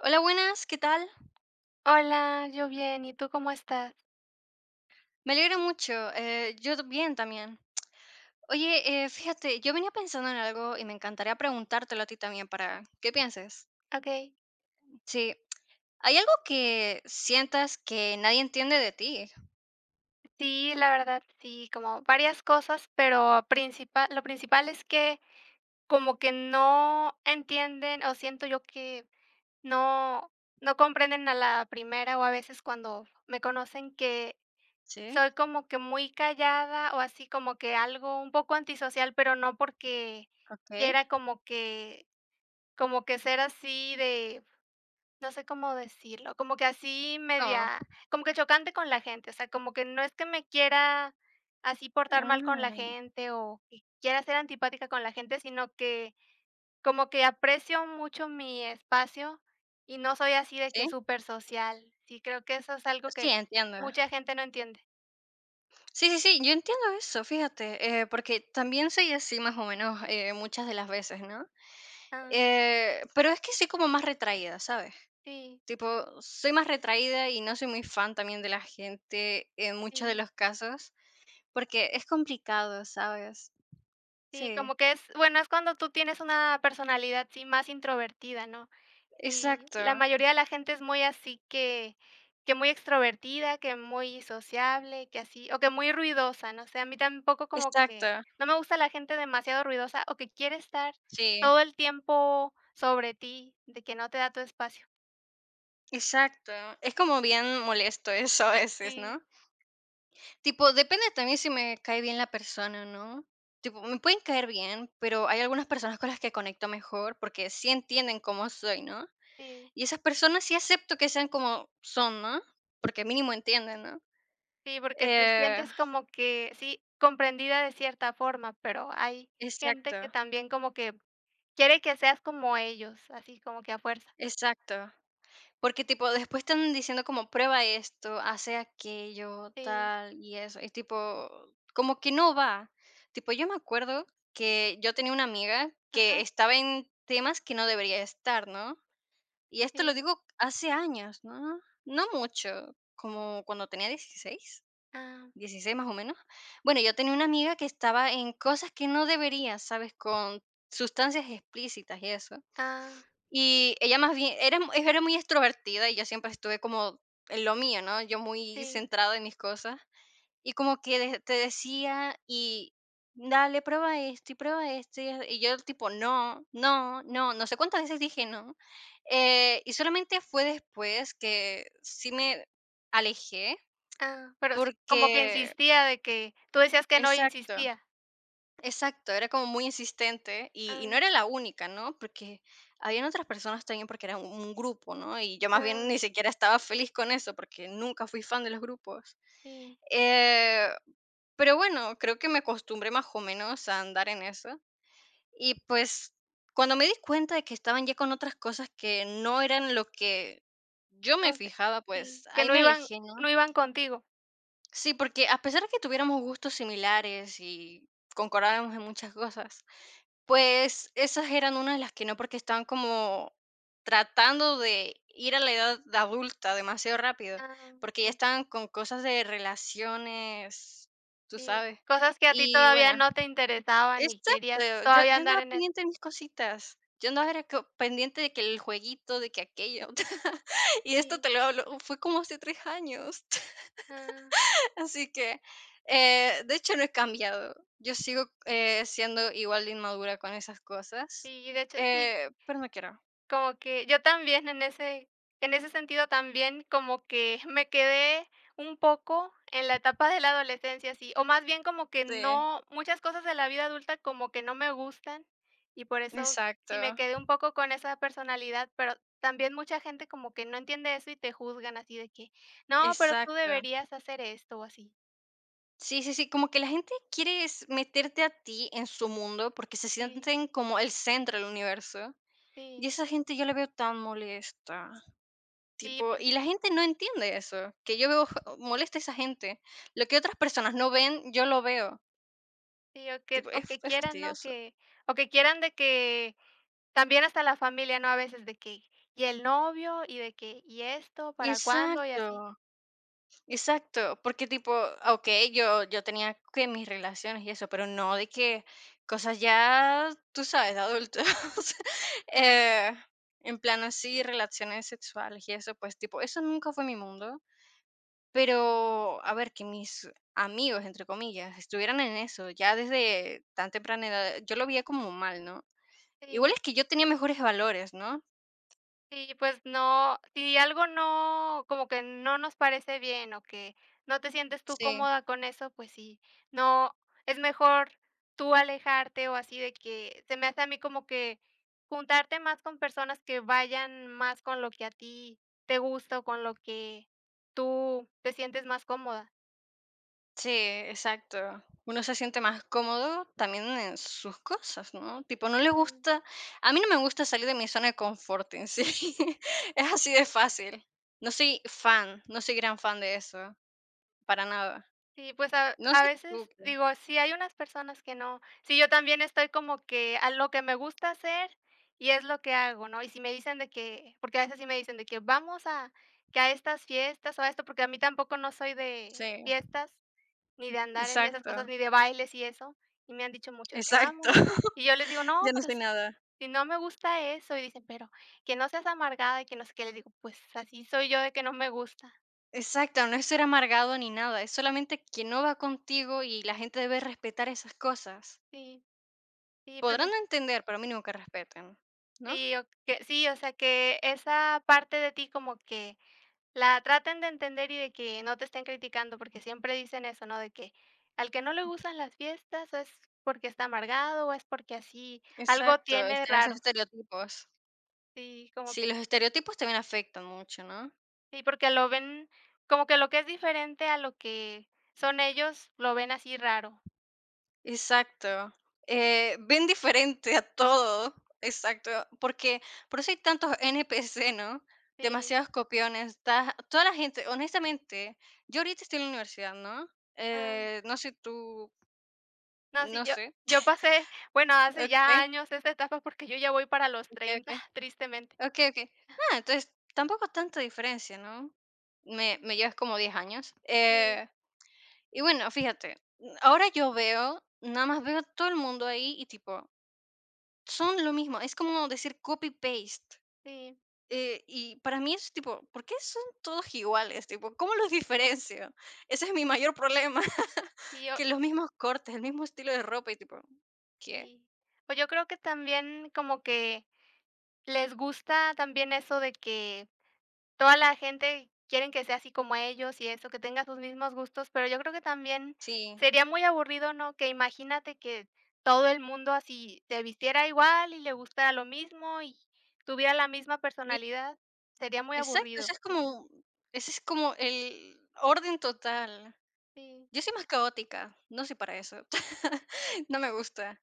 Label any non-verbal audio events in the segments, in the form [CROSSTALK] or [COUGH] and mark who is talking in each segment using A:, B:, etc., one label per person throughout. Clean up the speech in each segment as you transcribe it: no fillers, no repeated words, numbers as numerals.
A: Hola, buenas, ¿qué tal?
B: Hola, yo bien, ¿y tú cómo estás?
A: Me alegro mucho. Yo bien también. Oye, fíjate, yo venía pensando en algo y me encantaría preguntártelo a ti también para que pienses.
B: Okey.
A: Sí, ¿hay algo que sientas que nadie entiende de ti?
B: Sí, la verdad, sí, como varias cosas, pero principal lo principal es que como que no entienden, o siento yo que no no comprenden a la primera, o a veces cuando me conocen que
A: Sí,
B: soy como que muy callada, o así como que algo un poco antisocial, pero no porque
A: ok.
B: quiera como que ser así de... No sé cómo decirlo, como que así
A: ¿Cómo?
B: media, como que chocante con la gente, o sea, como que no es que me quiera así portar
A: Ah,
B: mal con la gente o que quiera ser antipática con la gente, sino que como que aprecio mucho mi espacio y no soy así de que
A: sí,
B: súper social. Sí, creo que eso es algo
A: sí,
B: que
A: entiendo.
B: mucha gente no entiende.
A: Sí, sí, sí, yo entiendo eso, fíjate, porque también soy así más o menos muchas de las veces, ¿no?
B: Ah,
A: Pero es que soy como más retraída, ¿sabes?
B: sí,
A: Tipo, soy más retraída y no soy muy fan también de la gente en muchos de
B: sí,
A: los casos, porque es complicado, ¿sabes?
B: sí,
A: Sí,
B: como que es, bueno, es cuando tú tienes una personalidad, sí, más introvertida, ¿no? Y
A: exacto,
B: la mayoría de la gente es muy así que muy extrovertida, que muy sociable, que así, o que muy ruidosa, no sé, a mí tampoco como
A: exacto,
B: que no me gusta la gente demasiado ruidosa o que quiere estar
A: sí,
B: todo el tiempo sobre ti, de que no te da tu espacio.
A: exacto. Es como bien molesto eso a veces,
B: Sí,
A: ¿no? Tipo, depende también si me cae bien la persona, ¿no? Tipo, me pueden caer bien, pero hay algunas personas con las que conecto mejor porque sí entienden cómo soy, ¿no?
B: sí,
A: Y esas personas sí acepto que sean como son, ¿no? Porque mínimo entienden, ¿no?
B: sí, porque te
A: Eh,
B: sientes como que, sí, comprendida de cierta forma, pero hay gente que
A: Exacto,
B: también como que quiere que seas como ellos, así como que a fuerza.
A: exacto. Porque, tipo, después están diciendo como prueba esto, hace aquello,
B: Sí,
A: tal y eso. Y tipo, como que no va. Tipo, yo me acuerdo que yo tenía una amiga que
B: ajá,
A: estaba en temas que no debería estar, ¿no? Y esto lo
B: sí,
A: digo hace años, ¿no? No mucho, como cuando tenía 16,
B: ah,
A: 16 más o menos. Bueno, yo tenía una amiga que estaba en cosas que no debería, ¿sabes? Con sustancias explícitas y eso.
B: ah,
A: Y ella más bien era mu era muy extrovertida y yo siempre estuve como en lo mío, ¿no? Yo muy
B: sí.
A: centrada en mis cosas, y como que de te decía y: "Dale, prueba esto", y yo tipo: "No, no, no", no sé cuántas veces dije no, y solamente fue después que sí me alejé
B: Ah, pero sí, como que
A: porque
B: insistía de que tú decías que no y
A: exacto.
B: insistía.
A: Exacto, era como muy insistente y
B: Ah,
A: no era la única, ¿no? Porque habían otras personas también porque era un grupo, ¿no? Y yo más bien
B: ah,
A: ni siquiera estaba feliz con eso porque nunca fui fan de los grupos.
B: sí,
A: Eh, pero bueno, creo que me acostumbré más o menos a andar en eso. Y pues cuando me di cuenta de que estaban ya con otras cosas que no eran lo que yo me
B: no que
A: fijaba, pues
B: sí, que
A: ahí
B: no
A: me
B: iban
A: alejé, ¿no?
B: no iban contigo.
A: Sí, porque a pesar de que tuviéramos gustos similares y concordábamos en muchas cosas, pues, esas eran una de las que no, porque estaban como tratando de ir a la edad de adulta demasiado rápido,
B: Ah,
A: porque ya
B: sí,
A: estaban con cosas de relaciones, tú
B: sí,
A: sabes.
B: cosas que a ti
A: Y
B: todavía
A: bueno,
B: no te interesaban y querías
A: exacto, yo
B: todavía
A: yo
B: andar
A: andaba
B: en eso.
A: pendiente de mis cositas. Yo andaba era co pendiente de que el jueguito, de que aquello. [LAUGHS] Y esto
B: Sí,
A: te lo hablo, fue como hace 3 años.
B: ah,
A: Así que, de hecho, no he cambiado. Yo sigo siendo igual de inmadura con esas cosas,
B: sí, de hecho, sí.
A: pero no quiero.
B: Como que yo también en ese sentido también como que me quedé un poco en la etapa de la adolescencia, sí, o más bien como que
A: Sí,
B: no muchas cosas de la vida adulta como que no me gustan y por eso
A: exacto,
B: sí me quedé un poco con esa personalidad, pero también mucha gente como que no entiende eso y te juzgan así de que: "No, pero tú
A: exacto.
B: deberías hacer esto", o así.
A: Sí, sí, sí, como que la gente quiere es meterte a ti en su mundo porque se
B: Sí,
A: sienten como el centro del universo. Y
B: sí,
A: esa gente yo la veo tan molesta.
B: sí,
A: Tipo,
B: por
A: y la gente no entiende eso, que yo veo molesta a esa gente. Lo que otras personas no ven, yo lo veo.
B: sí, o que
A: Tipo,
B: o
A: es
B: que quieran, ¿no?
A: fastidioso.
B: Que o que quieran de que... También hasta la familia, ¿no? A veces de que, y el novio, y de que, y esto, ¿para cuándo? Y
A: Exacto.
B: así.
A: Exacto, porque tipo, ok, yo tenía que mis relaciones y eso, pero no de que cosas ya, tú sabes, de adultos, [LAUGHS]
B: Sí,
A: eh, en plan así, relaciones sexuales y eso, pues tipo, eso nunca fue mi mundo, pero a ver, que mis amigos, entre comillas, estuvieran en eso, ya desde tan temprana edad, yo lo veía como mal, ¿no? Igual
B: sí,
A: es que yo tenía mejores valores, ¿no?
B: sí, pues no, si algo no, como que no nos parece bien o que no te sientes tú
A: Sí.
B: cómoda con eso, pues sí, no, es mejor tú alejarte o así de que se me hace a mí como que juntarte más con personas que vayan más con lo que a ti te gusta o con lo que tú te sientes más cómoda.
A: Sí, exacto. Uno se siente más cómodo también en sus cosas, ¿no? Tipo, no le
B: Sí.
A: gusta, a mí no me gusta salir de mi zona de confort en sí. [LAUGHS] Es así de fácil. No soy fan, no soy gran fan de eso, para nada.
B: Sí, pues a
A: No
B: a
A: sé tú.
B: veces digo, sí hay unas personas que no. Sí, yo también estoy como que a lo que me gusta hacer y es lo que hago, ¿no? Y si me dicen de que porque a veces sí me dicen de que vamos a que a estas fiestas o a esto, porque a mí tampoco no soy de
A: Sí,
B: fiestas, ni de andar en esas
A: exacto,
B: cosas, ni de bailes y eso, y me han dicho mucho de que
A: exacto.
B: vamos.
A: [LAUGHS]
B: Y yo les digo, no,
A: Ya no
B: pero
A: soy
B: si
A: nada.
B: si no me gusta eso, y dicen, pero que no seas amargada y que no sé qué, les digo, pues así soy yo de que no me gusta.
A: Exacto, no es ser amargado ni nada, es solamente que no va contigo y la gente debe respetar esas cosas.
B: Sí, sí, pues...
A: Podrán no entender, pero mínimo que respeten, ¿no?
B: Sí, o que sí, o sea, que esa parte de ti como que la traten de entender y de que no te estén criticando, porque siempre dicen eso, ¿no? De que al que no le gustan las fiestas o es porque está amargado o es porque así algo
A: Exacto,
B: tiene
A: están esos
B: raro.
A: estereotipos.
B: Sí, como
A: Sí,
B: que
A: los estereotipos también afectan mucho, ¿no?
B: sí, porque lo ven como que lo que es diferente a lo que son ellos, lo ven así raro.
A: Exacto. Ven diferente a todo, exacto, porque por eso hay tantos NPC, ¿no?
B: Sí.
A: Demasiados copiones, toda la gente, honestamente, yo ahorita estoy en la universidad, ¿no?
B: Ah,
A: No sé tú,
B: no, sí,
A: no
B: yo
A: sé.
B: yo pasé, bueno, hace
A: Ok,
B: ya años esta etapa porque yo ya voy para los
A: ok, ok,
B: 30 [LAUGHS] tristemente.
A: ok, ok. Ok. Ah, entonces tampoco tanta diferencia, ¿no? Me llevas como 10 años.
B: Sí,
A: Y bueno, fíjate, ahora yo veo, nada más veo a todo el mundo ahí y tipo, son lo mismo, es como decir copy-paste.
B: sí.
A: Y para mí es tipo, ¿por qué son todos iguales? Tipo, ¿cómo los diferencio? Ese es mi mayor problema, [LAUGHS]
B: Sí,
A: que los mismos cortes, el mismo estilo de ropa y tipo, ¿qué?
B: sí. Pues yo creo que también como que les gusta también eso de que toda la gente quieren que sea así como ellos y eso, que tenga sus mismos gustos, pero yo creo que también
A: Sí,
B: sería muy aburrido, ¿no? Que imagínate que todo el mundo así se vistiera igual y le gustara lo mismo y tuviera la misma
A: sí,
B: personalidad, sería muy
A: exacto,
B: aburrido.
A: ese es como el orden total.
B: Sí,
A: Yo soy más caótica, no soy para eso. [LAUGHS] No me gusta.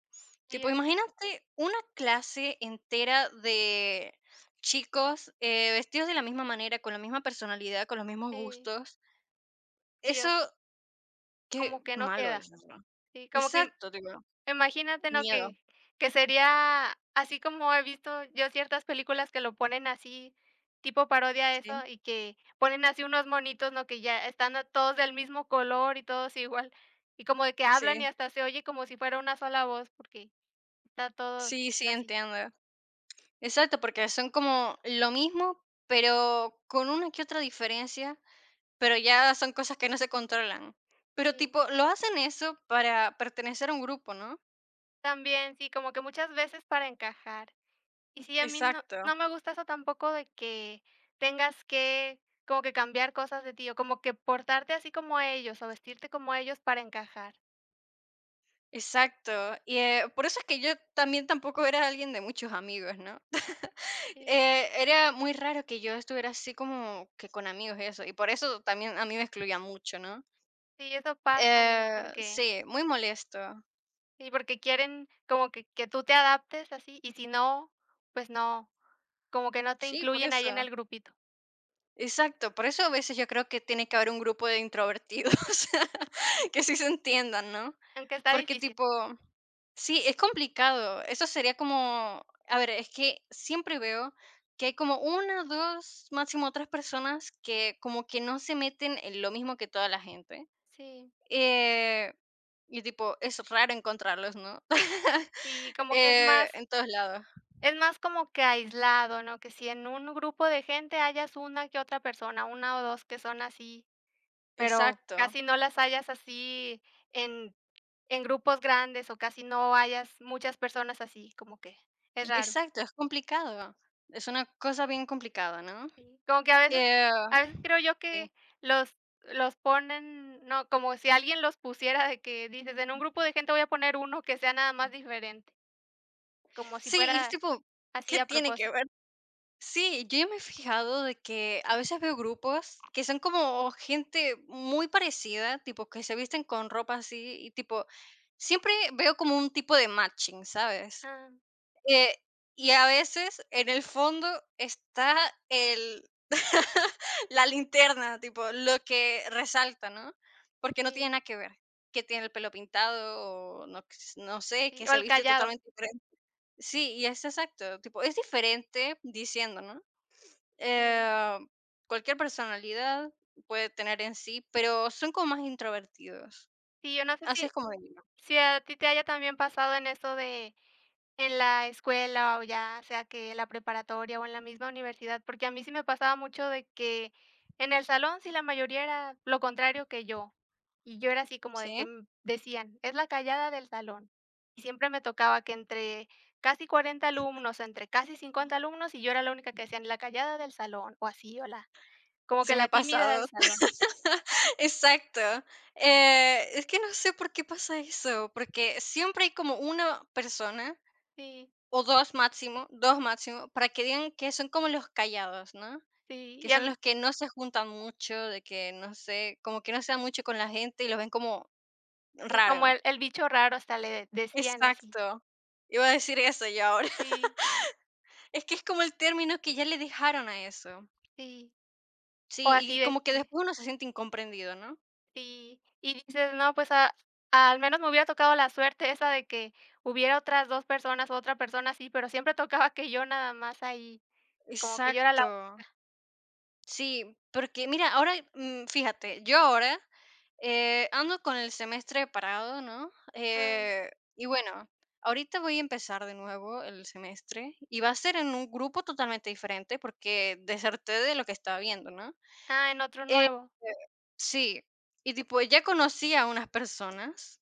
B: sí,
A: Tipo,
B: o sea,
A: imagínate una clase entera de chicos vestidos de la misma manera, con la misma personalidad, con los mismos
B: sí,
A: gustos.
B: sí, o
A: Eso,
B: sea,
A: qué
B: como que no
A: malo
B: queda.
A: es, ¿no?
B: Sí, como que...
A: Exacto, digo,
B: ¡Imagínate, ¿no?!
A: miedo.
B: Que sería así como he visto yo ciertas películas que lo ponen así, tipo parodia a eso,
A: Sí,
B: y que ponen así unos monitos, ¿no? Que ya están a todos del mismo color y todos igual, y como de que hablan y
A: sí,
B: hasta se oye como si fuera una sola voz, porque está todo
A: sí, sí,
B: así.
A: entiendo. Exacto, porque son como lo mismo, pero con una que otra diferencia. Pero ya son cosas que no se controlan. Pero,
B: Sí,
A: tipo, lo hacen eso para pertenecer a un grupo, ¿no?
B: también, sí, como que muchas veces para encajar. Y sí, a mí no
A: Exacto,
B: no me gusta eso tampoco de que tengas que como que cambiar cosas de ti, o como que portarte así como ellos, o vestirte como ellos para encajar.
A: exacto. Y, por eso es que yo también tampoco era alguien de muchos amigos, ¿no? [LAUGHS]
B: Sí,
A: Era muy raro que yo estuviera así como que con amigos y eso, y por eso también a mí me excluía mucho, ¿no?
B: sí, eso pasa, ¿no? Porque
A: Sí, muy molesto.
B: sí, porque quieren como que tú te adaptes así, y si no, pues no, como que no te
A: Sí, por
B: incluyen ahí en
A: eso.
B: el grupito,
A: Exacto, por eso a veces yo creo que tiene que haber un grupo de introvertidos [LAUGHS] que sí se entiendan, ¿no?
B: aunque está
A: Porque
B: difícil.
A: tipo, sí, es complicado. Eso sería como, a ver, es que siempre veo que hay como una, dos, máximo tres personas que como que no se meten en lo mismo que toda la gente.
B: Sí,
A: Eh, y tipo, es raro encontrarlos, ¿no? [LAUGHS]
B: y como que es
A: Eh,
B: más
A: en todos lados.
B: es más como que aislado, ¿no? Que si en un grupo de gente hayas una que otra persona, una o 2 que son así... Pero
A: Exacto,
B: casi no las hallas así en grupos grandes, o casi no hayas muchas personas así, como que es raro.
A: exacto, es complicado. Es una cosa bien complicada, ¿no?
B: Sí, como que a veces
A: Eh,
B: a veces creo yo
A: sí.
B: que los los ponen, no, como si alguien los pusiera de que dices: "En un grupo de gente voy a poner uno que sea nada más diferente", como si
A: Sí, y es
B: fuera
A: tipo,
B: así
A: ¿qué
B: a
A: tiene que
B: propósito.
A: ver? Sí, yo ya me he fijado de que a veces veo grupos que son como gente muy parecida, tipo que se visten con ropa así y tipo, siempre veo como un tipo de matching, ¿sabes?
B: Ah,
A: Eh, y a veces en el fondo está el [LAUGHS] la linterna, tipo, lo que resalta, ¿no? Porque no tiene
B: sí,
A: nada que ver, que tiene el pelo pintado o no, no sé,
B: sí,
A: que
B: o
A: se
B: el
A: viste
B: callado.
A: totalmente diferente. Sí, y es exacto, tipo, es diferente diciendo, ¿no?
B: Sí,
A: Eh, cualquier personalidad puede tener en sí, pero son como más introvertidos.
B: sí, yo no sé
A: Así
B: si
A: es como digo,
B: si a ti te haya también pasado en eso de... En la escuela o ya sea que la preparatoria o en la misma universidad, porque a mí sí me pasaba mucho de que en el salón sí la mayoría era lo contrario que yo, y yo era así como de que
A: ¿sí?
B: decían: "Es la callada del salón". Y siempre me tocaba que entre casi 40 alumnos, entre casi 50 alumnos, y yo era la única que decían: "La callada del salón", o así, o la como que
A: Sí me ha
B: la tímida del
A: pasado.
B: salón.
A: [LAUGHS] Exacto. Es que no sé por qué pasa eso, porque siempre hay como una persona
B: Sí,
A: o dos máximo, para que digan que son como los callados, ¿no?
B: sí,
A: Que
B: y
A: son
B: em
A: los que no se juntan mucho, de que no sé, como que no se dan mucho con la gente y los ven como
B: y como
A: raro.
B: el bicho raro hasta le decían así.
A: Exacto. Iba a decir eso yo ahora. [LAUGHS]
B: Sí,
A: Es que es como el término que ya le dejaron a eso.
B: sí, o
A: Sí,
B: así
A: y
B: de
A: como que
B: que...
A: después uno se siente incomprendido, ¿no?
B: Sí, y dices: "No, pues, a al menos me hubiera tocado la suerte esa de que hubiera otras 2 personas, o otra persona sí, pero siempre tocaba que yo nada más ahí, como que yo era la..."
A: Exacto. Sí, porque mira, ahora, fíjate, yo ahora ando con el semestre parado, ¿no?
B: Ah,
A: Y bueno, ahorita voy a empezar de nuevo el semestre y va a ser en un grupo totalmente diferente porque deserté de lo que estaba viendo, ¿no?
B: ah, en otro
A: Eh,
B: nuevo.
A: sí, y tipo, ya conocí a unas personas.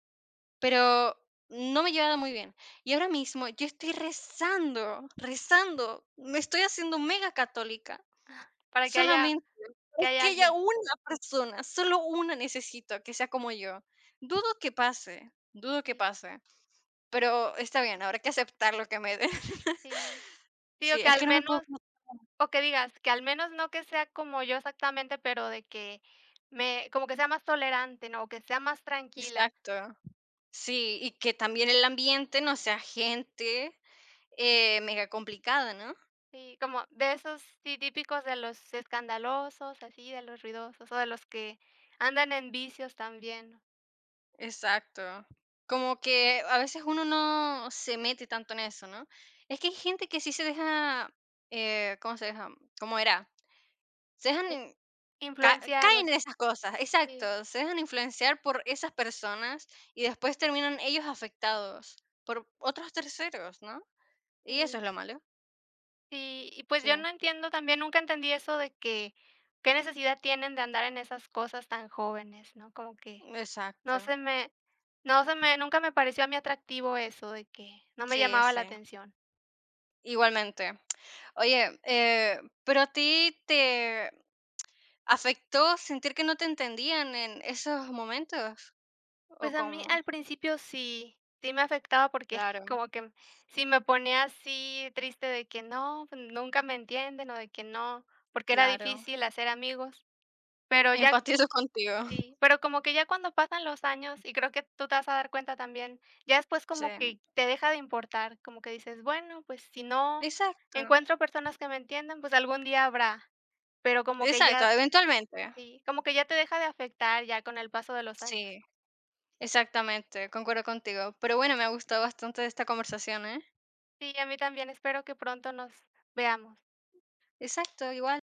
A: Pero no me llevaba muy bien. Y ahora mismo yo estoy rezando, rezando, me estoy haciendo mega católica,
B: [LAUGHS] Para que haya
A: solamente
B: que
A: es
B: haya
A: que haya
B: alguien.
A: una persona, solo una necesito que sea como yo. Dudo que
B: Sí,
A: pase, pero está bien, habrá que aceptar lo que me den. [LAUGHS]
B: sí, sí, o
A: Sí,
B: que
A: es
B: al
A: que no me puedo
B: menos,
A: como
B: o que digas, que al menos no que sea como yo exactamente, pero de que me como que sea más tolerante, ¿no? O que sea más tranquila.
A: exacto. Sí, y que también el ambiente no sea gente, mega complicada, ¿no?
B: Sí, como de esos, sí, típicos de los escandalosos, así, de los ruidosos, o de los que andan en vicios también,
A: Exacto. Como que a veces uno no se mete tanto en eso, ¿no? Es que hay gente que sí se deja, ¿cómo se deja? ¿Cómo era? Se dejan,
B: pues, influenciar o
A: caen en
B: así.
A: esas cosas,
B: Sí,
A: exacto. Se dejan influenciar por esas personas y después terminan ellos afectados por otros terceros, ¿no? Y eso
B: sí,
A: es lo malo.
B: sí, y pues,
A: Sí,
B: yo no entiendo también, nunca entendí eso de que, ¿qué necesidad tienen de andar en esas cosas tan jóvenes?, ¿no? Como que
A: exacto.
B: no se me no se me nunca me pareció a mí atractivo eso de que no me
A: Sí,
B: llamaba la
A: sí.
B: atención.
A: Igualmente. Oye, pero a ti te afectó sentir que no te entendían en esos momentos, ¿o
B: Pues a mí
A: cómo?
B: al principio sí, sí me afectaba porque [LAUGHS]
A: Claro,
B: como que sí me ponía así triste de que no, pues nunca me entienden o de que no, porque era
A: claro.
B: difícil hacer amigos, pero ya...
A: Empatizo contigo.
B: Sí, pero como que ya cuando pasan los años, y creo que tú te vas a dar cuenta también, ya después
A: Sí,
B: como que te deja de importar, como que dices, bueno, pues si no
A: exacto,
B: encuentro personas que me entiendan, pues algún día habrá, pero como que
A: exacto,
B: ya,
A: eventualmente.
B: sí, como que ya te deja de afectar ya con el paso de los años.
A: Sí, exactamente, concuerdo contigo. Pero bueno, me ha gustado bastante esta conversación, ¿eh?
B: Sí, a mí también, espero que pronto nos veamos.
A: Exacto, igual.